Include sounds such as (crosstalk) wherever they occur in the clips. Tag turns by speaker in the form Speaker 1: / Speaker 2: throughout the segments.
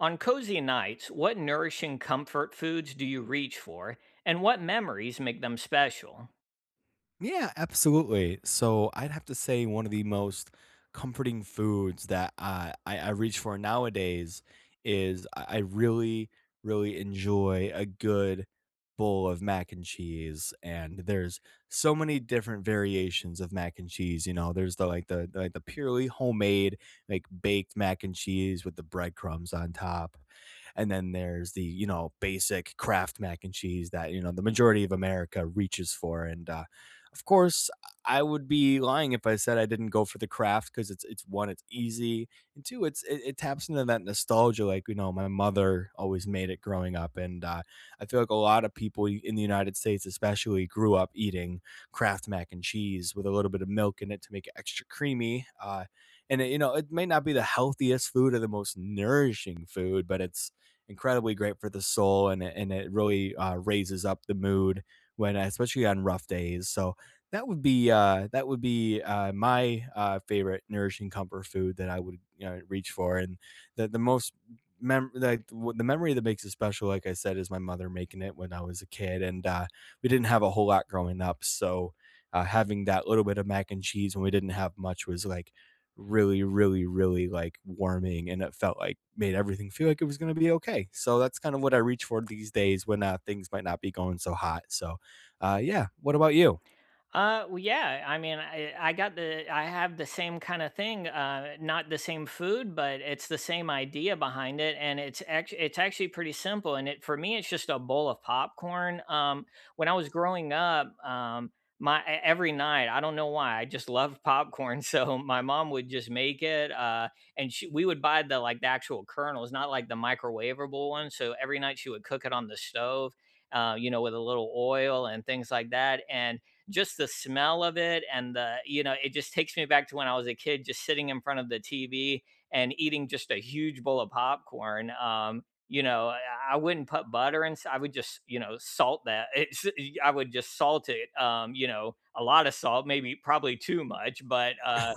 Speaker 1: On cozy nights, what nourishing comfort foods do you reach for, and what memories make them special?
Speaker 2: Yeah, absolutely. So I'd have to say one of the most comforting foods that I reach for nowadays is I really, really enjoy a good bowl of mac and cheese. And there's so many different variations of mac and cheese. You know, there's the, like like the purely homemade, like baked mac and cheese with the breadcrumbs on top. And then there's the, basic craft mac and cheese that, the majority of America reaches for. And of course, I would be lying if I said I didn't go for the craft because it's one, it's easy, and two, it taps into that nostalgia. Like, my mother always made it growing up, and I feel like a lot of people in the United States, especially, grew up eating Kraft mac and cheese with a little bit of milk in it to make it extra creamy. And it may not be the healthiest food or the most nourishing food, but it's incredibly great for the soul, and it really raises up the mood when, especially, on rough days. So that would be my favorite nourishing comfort food that I would reach for, and the most the memory that makes it special, like I said, is my mother making it when I was a kid, and we didn't have a whole lot growing up, so having that little bit of mac and cheese when we didn't have much was like really, really, really like warming, and it felt like made everything feel like it was going to be okay. So that's kind of what I reach for these days when things might not be going so hot. So, yeah. What about you?
Speaker 1: Well, yeah. I mean, I have the same kind of thing. Not the same food, but it's the same idea behind it, and it's actually pretty simple. And it for me, it's just a bowl of popcorn. When I was growing up, every night, I don't know why, I just loved popcorn. (laughs) So my mom would just make it, and we would buy the like the actual kernels, not like the microwavable ones. So every night she would cook it on the stove, you know, with a little oil and things like that, and just the smell of it and the you know it just takes me back to when I was a kid, just sitting in front of the TV and eating just a huge bowl of popcorn. I wouldn't put butter, and I would just, you know, salt that. (laughs) it's I would just salt it. You know, a lot of salt, maybe probably too much, but uh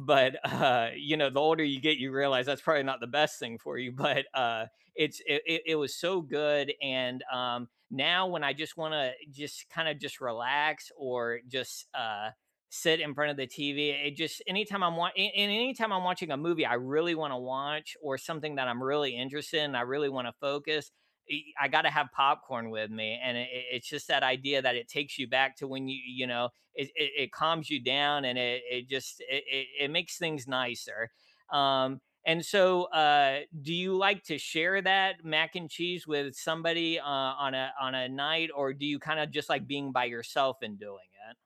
Speaker 1: but uh you know, the older you get, you realize that's probably not the best thing for you. (laughs) but it's it was so good. And now when I just want to just kind of just relax, or just sit in front of the TV, it just anytime I'm watching and anytime I'm watching a movie I really want to watch, or something that I'm really interested in, I really want to focus. I got to have popcorn with me. And it's just that idea that it takes you back to when you know, it calms you down, and it makes things nicer. Um, and so uh, do you like to share that mac and cheese with somebody, on a night, or do you kind of just like being by yourself and doing it?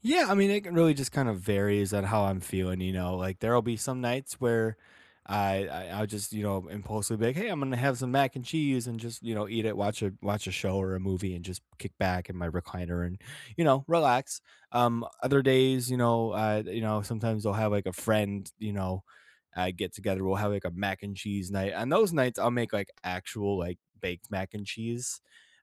Speaker 2: Yeah, I mean, it can really just kind of varies on how I'm feeling. Like there'll be some nights where I'll just, impulsively be like, "Hey, I'm gonna have some mac and cheese and just eat it, watch a show or a movie, and just kick back in my recliner and relax." Other days, sometimes I'll have like a friend, get together. We'll have like a mac and cheese night. On those nights, I'll make like actual like baked mac and cheese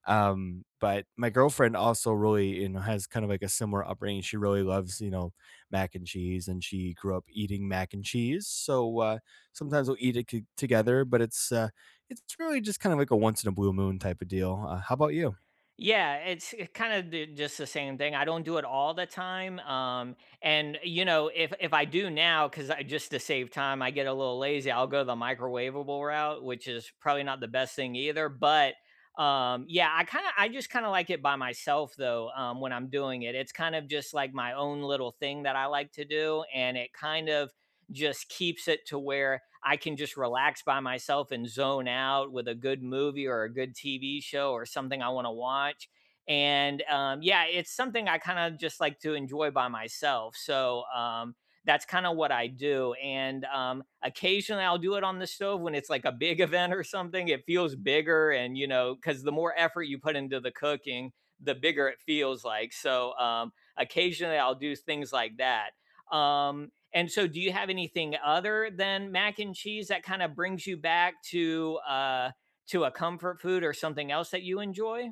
Speaker 2: um, but my girlfriend also really has kind of like a similar upbringing. She really loves mac and cheese, and she grew up eating mac and cheese. So sometimes we'll eat it together, but it's really just kind of like a once in a blue moon type of deal. How about you?
Speaker 1: Yeah, it's kind of just the same thing. I don't do it all the time. And you know, if I do now, because I just to save time, I get a little lazy, I'll go the microwavable route, which is probably not the best thing either. But yeah, I just kind of like it by myself though. When I'm doing it, it's kind of just like my own little thing that I like to do, and it kind of just keeps it to where I can just relax by myself and zone out with a good movie or a good TV show or something I want to watch. And yeah, it's something I kind of just like to enjoy by myself. So that's kind of what I do. And occasionally I'll do it on the stove when it's like a big (laughs) event or something. It feels bigger. And you know, because the more effort you put into the cooking, the bigger it feels like. So occasionally I'll do things like that. Um, and so, do you have anything other than mac and cheese that kind of brings you back to a comfort food or something else that you enjoy?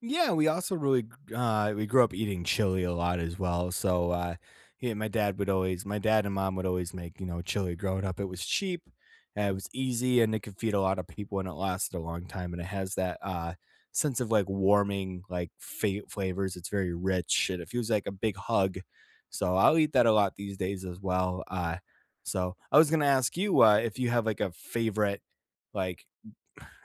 Speaker 2: Yeah, we also really we grew up eating chili a lot as well. So, yeah, my dad and mom would always make chili growing up. It was cheap, it was easy, and it could feed a lot of people and it lasted a long time and it has that sense of like warming like flavors. It's very rich and it feels like a big hug. So I'll eat that a lot these days as well. So I was going to ask you if you have like a favorite, like,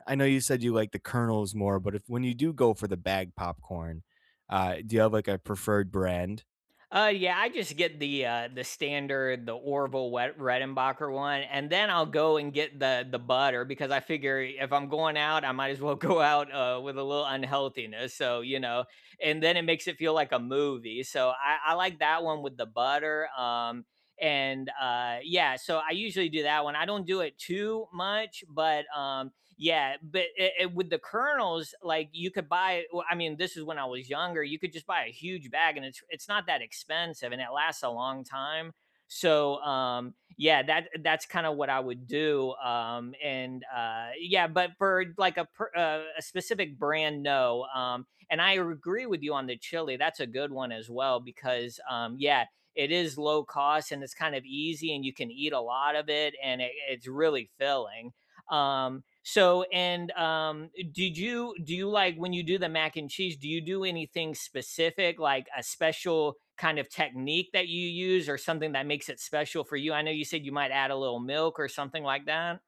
Speaker 2: I know you said you like the kernels more, but if when you do go for the bag popcorn, do you have like a preferred brand?
Speaker 1: Yeah, I just get the standard, the Orville Wet Redenbacher one, and then I'll go and get the butter, because I figure if I'm going out, I might as well (laughs) go out, with a little unhealthiness. So you know, and then it makes it feel like a movie. So I like that one with the butter. And yeah, so I usually do that one. I don't do it too much, but yeah. But with the kernels, like you could buy. Well, I mean, this is when I was younger. You could just buy a huge bag, and it's not that expensive, and it lasts a long time. So yeah, that's kind of what I would do. And yeah, but for like a specific brand, no. And I agree with you on the chili. That's a good one as well, because yeah, it is low cost, and it's kind of easy, and you can eat a lot of it, and it's really filling. So and did you do you like when you do the mac and cheese? Do you do anything specific, like a special kind of technique that you use, or something that makes it special for you? I know you said you might add a little milk or something like that.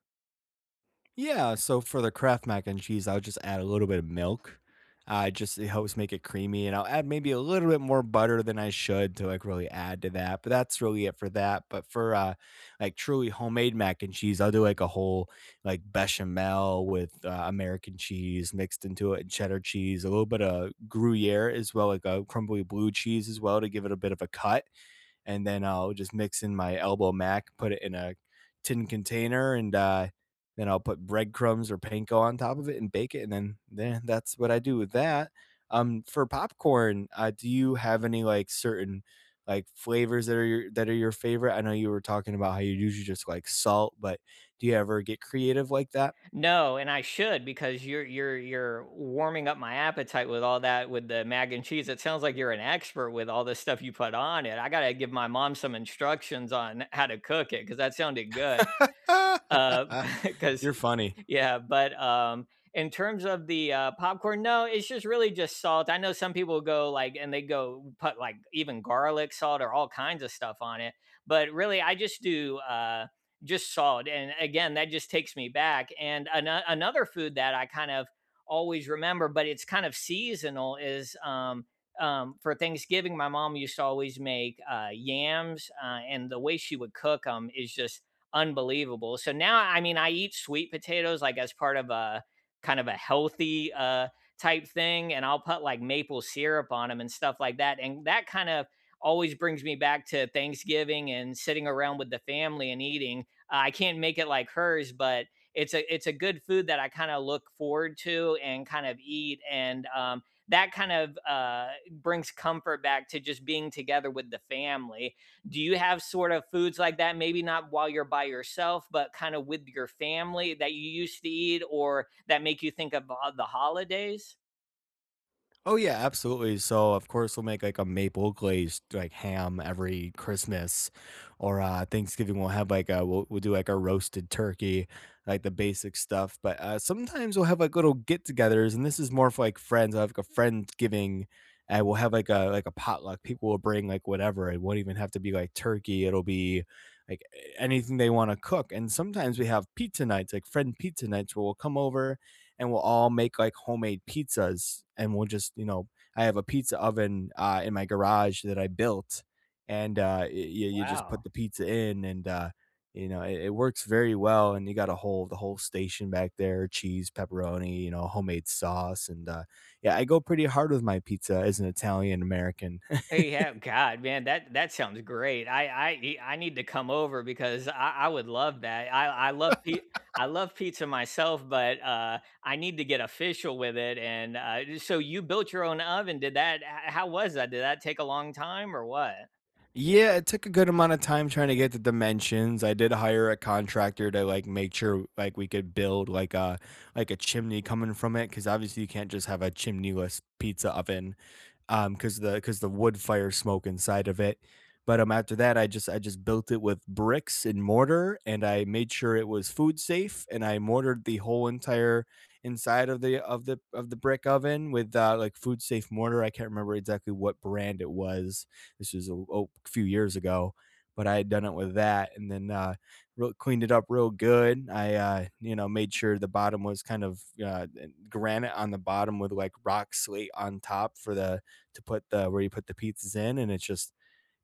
Speaker 2: Yeah, so for the Kraft mac and cheese, I'll just add a little bit of milk. Just it helps make it creamy, and I'll add maybe a little bit more butter than I should to like really add to that. But that's really it for that. But for like truly homemade mac and cheese, I'll do like a whole like bechamel with American cheese mixed into it and cheddar cheese, a little bit of Gruyere as well, like a crumbly blue cheese as well to give it a bit of a cut and then I'll just mix in my elbow mac, put it in a tin container, and then I'll put breadcrumbs or panko on top of it and bake it, and then that's what I do with that. For popcorn, do you have any like certain like flavors that are your favorite? I know you were talking about how you usually just like salt, but do you ever get creative like that?
Speaker 1: No, and I should, because you're warming up my appetite with all that, with the mac and cheese. It sounds like you're an expert with all the stuff you put on it. I gotta give my mom some instructions on how to cook it, because that sounded good.
Speaker 2: (laughs)
Speaker 1: Because
Speaker 2: You're funny.
Speaker 1: (laughs) yeah, but in terms of the popcorn, no, it's just really just salt. I know some people go like, and they go put like even garlic salt or all kinds of stuff on it, but really, I just do just salt. And again, that just takes me back. And another food that I kind of always remember, but it's kind of seasonal, is for Thanksgiving, my mom used to always make yams, and the way she would cook them is just unbelievable. So now, I mean, I eat sweet potatoes like as part of a kind of a healthy type thing, and I'll put like maple syrup on them and stuff like that. And that kind of always brings me back to Thanksgiving and sitting around with the family and eating. I can't make it like hers, but it's a good food that I kind of look forward to and kind of eat. And that kind of brings comfort back to just being together with the family. Do you have sort of foods like that, maybe not while you're by yourself, but kind of with your family that you used to eat, or that make you think of the holidays?
Speaker 2: Oh, yeah, absolutely. So, of course, we'll make like a maple glazed like ham every Christmas, or Thanksgiving we'll have like a we'll do like a roasted turkey, like the basic stuff. But sometimes we'll have like little get-togethers, and this is more for like friends. I have like a friend giving, and we'll have like a potluck. People will bring like whatever. It won't even have to be like turkey. It'll be like anything they want to cook. And sometimes we have pizza nights, like friend pizza nights, where we'll come over and we'll all make like homemade pizzas and we'll just. I have a pizza oven in my garage that I built, and you just put
Speaker 1: Wow.
Speaker 2: the pizza in and it works very well and you got a whole the whole station back there: cheese, pepperoni, homemade sauce, and yeah, I go pretty hard with my pizza as an Italian American.
Speaker 1: Hey, yeah, god man, that that sounds great. I need to come over, because I would love that. I love I love pizza myself, but I need to get official with it. And so you built your own oven. Did that? How was that? Did that take a long time or what?
Speaker 2: Yeah, it took a good amount of time trying to get the dimensions. I did hire a contractor to like make sure like we could build like a chimney coming from it because obviously you can't just have a chimneyless pizza oven because the wood fire smoke inside of it. But after that I just built it with bricks and mortar, and I made sure it was food safe and I mortared the whole entire inside of the of the brick oven with like food safe mortar. I can't remember exactly what brand it was. This was, oh, a few years ago, but I had done it with that, and then cleaned it up real good. I made sure the bottom was kind of granite on the bottom with like rock slate on top for the to put the where you put the pizzas in, and it's just,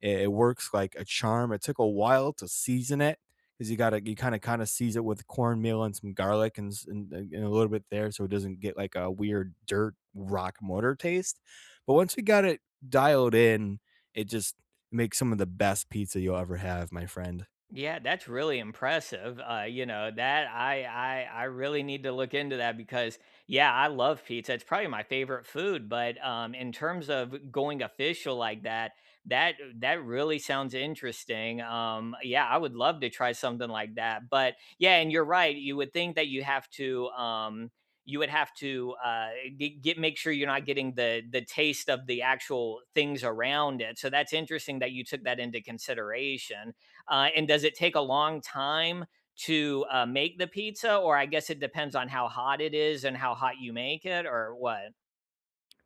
Speaker 2: it works like a charm. It took a while to season it because you kind of season it with cornmeal and some garlic, and a little bit there, so it doesn't get like a weird dirt rock mortar taste. But once we got it dialed in, it just makes some of the best pizza you'll ever have, my friend.
Speaker 1: Yeah, that's really impressive. You know, that I really need to look into that, because yeah, I love pizza. It's probably my favorite food. But in terms of going official like that, that really sounds interesting. Yeah, I would love to try something like that. But yeah, and you're right. You would think that you have to you would have to get make sure you're not getting the taste of the actual things around it. So that's interesting that you took that into consideration. And does it take a long time to make the pizza? Or I guess it depends on how hot it is and how hot you make it, or what?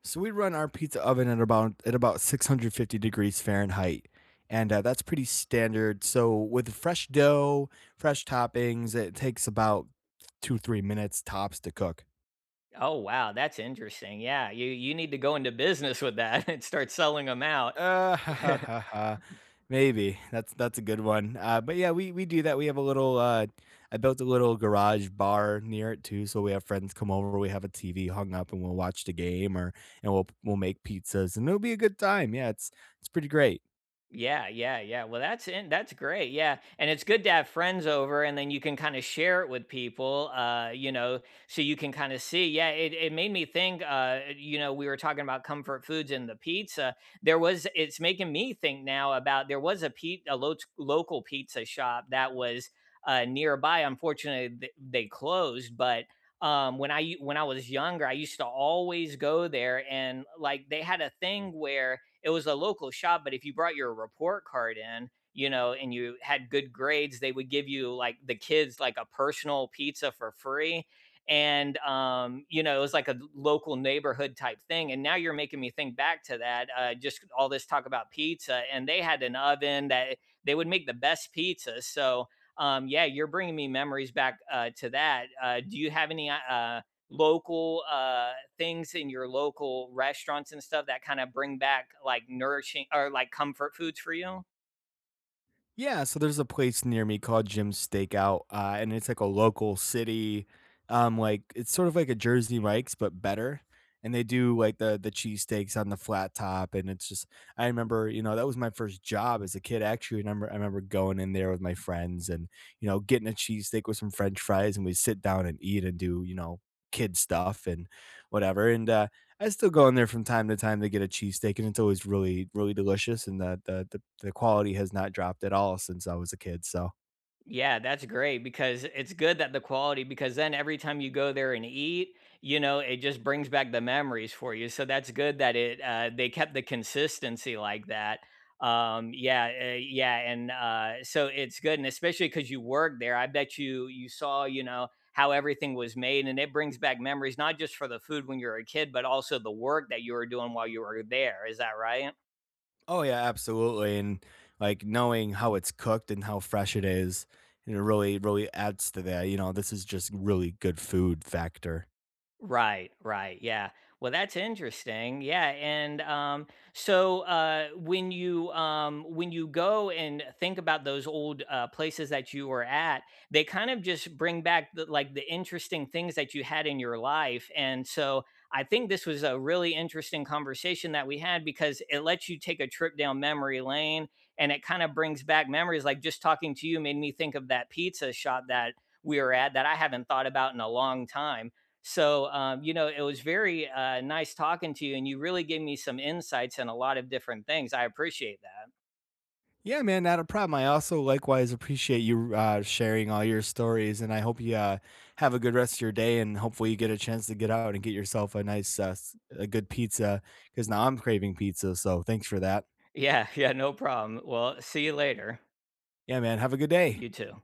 Speaker 2: So we run our pizza oven at about 650 degrees Fahrenheit, and that's pretty standard. So with fresh dough, fresh toppings, it takes about 2-3 minutes tops to cook.
Speaker 1: Oh, wow. That's interesting. Yeah. You need to go into business with that (laughs) and start selling them out.
Speaker 2: (laughs) Ha, ha,
Speaker 1: (laughs)
Speaker 2: ha, ha. Maybe that's a good one. But yeah, we do that. We have a little. I built a little garage bar near it too, so we have friends come over. We have a TV hung up, and we'll watch the game, or and we'll make pizzas, and it'll be a good time. Yeah, it's pretty great.
Speaker 1: Yeah, yeah, yeah. Well, that's great. Yeah. And it's good to have friends over, and then you can kind of share it with people, you know, so you can kind of see. Yeah, it made me think, you know, we were talking about comfort foods and the pizza. There was it's making me think now about there was a local pizza shop that was nearby. Unfortunately, they closed. But when when I was younger, I used to always go there, and like they had a thing where it was a local shop, but if you brought your report card in, you know, and you had good grades, they would give you like the kids like a personal pizza for free. And you know, it was like a local neighborhood type thing. And now you're making me think back to that. Just all this talk about pizza, and they had an oven that they would make the best pizza. So yeah, you're bringing me memories back, to that. Do you have any local things in your local restaurants and stuff that kind of bring back like nourishing or like comfort foods for you?
Speaker 2: Yeah, so there's a place near me called Jim's Steakout, and it's like a local city, like it's sort of like a Jersey Mike's but better. And they do like the cheesesteaks on the flat top, and it's just I remember that was my first job as a kid. Actually, I remember going in there with my friends and getting a cheesesteak with some French fries, and we sit down and eat and do kid stuff and whatever. And I still go in there from time to time to get a cheesesteak, and it's always really, really delicious, and the quality has not dropped at all since I was a kid. So,
Speaker 1: Yeah, that's great, because it's good that the quality, because then every time you go there and eat, you know, it just brings back the memories for you. So that's good that it they kept the consistency like that. Yeah, yeah, and so it's good, and especially cuz you worked there, I bet you you saw, you know, how everything was made, and it brings back memories not just for the food when you were a kid, but also the work that you were doing while you were there. Is that right?
Speaker 2: oh, yeah, absolutely, and, like, knowing how it's cooked and how fresh it is, and it really, really adds to that. This is just really good food factor.
Speaker 1: Right, right. Yeah. Well, that's interesting. Yeah, and so when you go and think about those old places that you were at, they kind of just bring back the, like the interesting things that you had in your life. And so I think this was a really interesting conversation that we had, because it lets you take a trip down memory lane, and it kind of brings back memories. Like just talking to you made me think of that pizza shop that we were at, that I haven't thought about in a long time. So, you know, it was very nice talking to you, and you really gave me some insights and a lot of different things. I appreciate that.
Speaker 2: Yeah, man, not a problem. I also likewise appreciate you sharing all your stories, and I hope you have a good rest of your day, and hopefully you get a chance to get out and get yourself a good pizza, because now I'm craving pizza. So thanks for that.
Speaker 1: Yeah, yeah, no problem. Well, see you later.
Speaker 2: Yeah, man, have a good day.
Speaker 1: You too.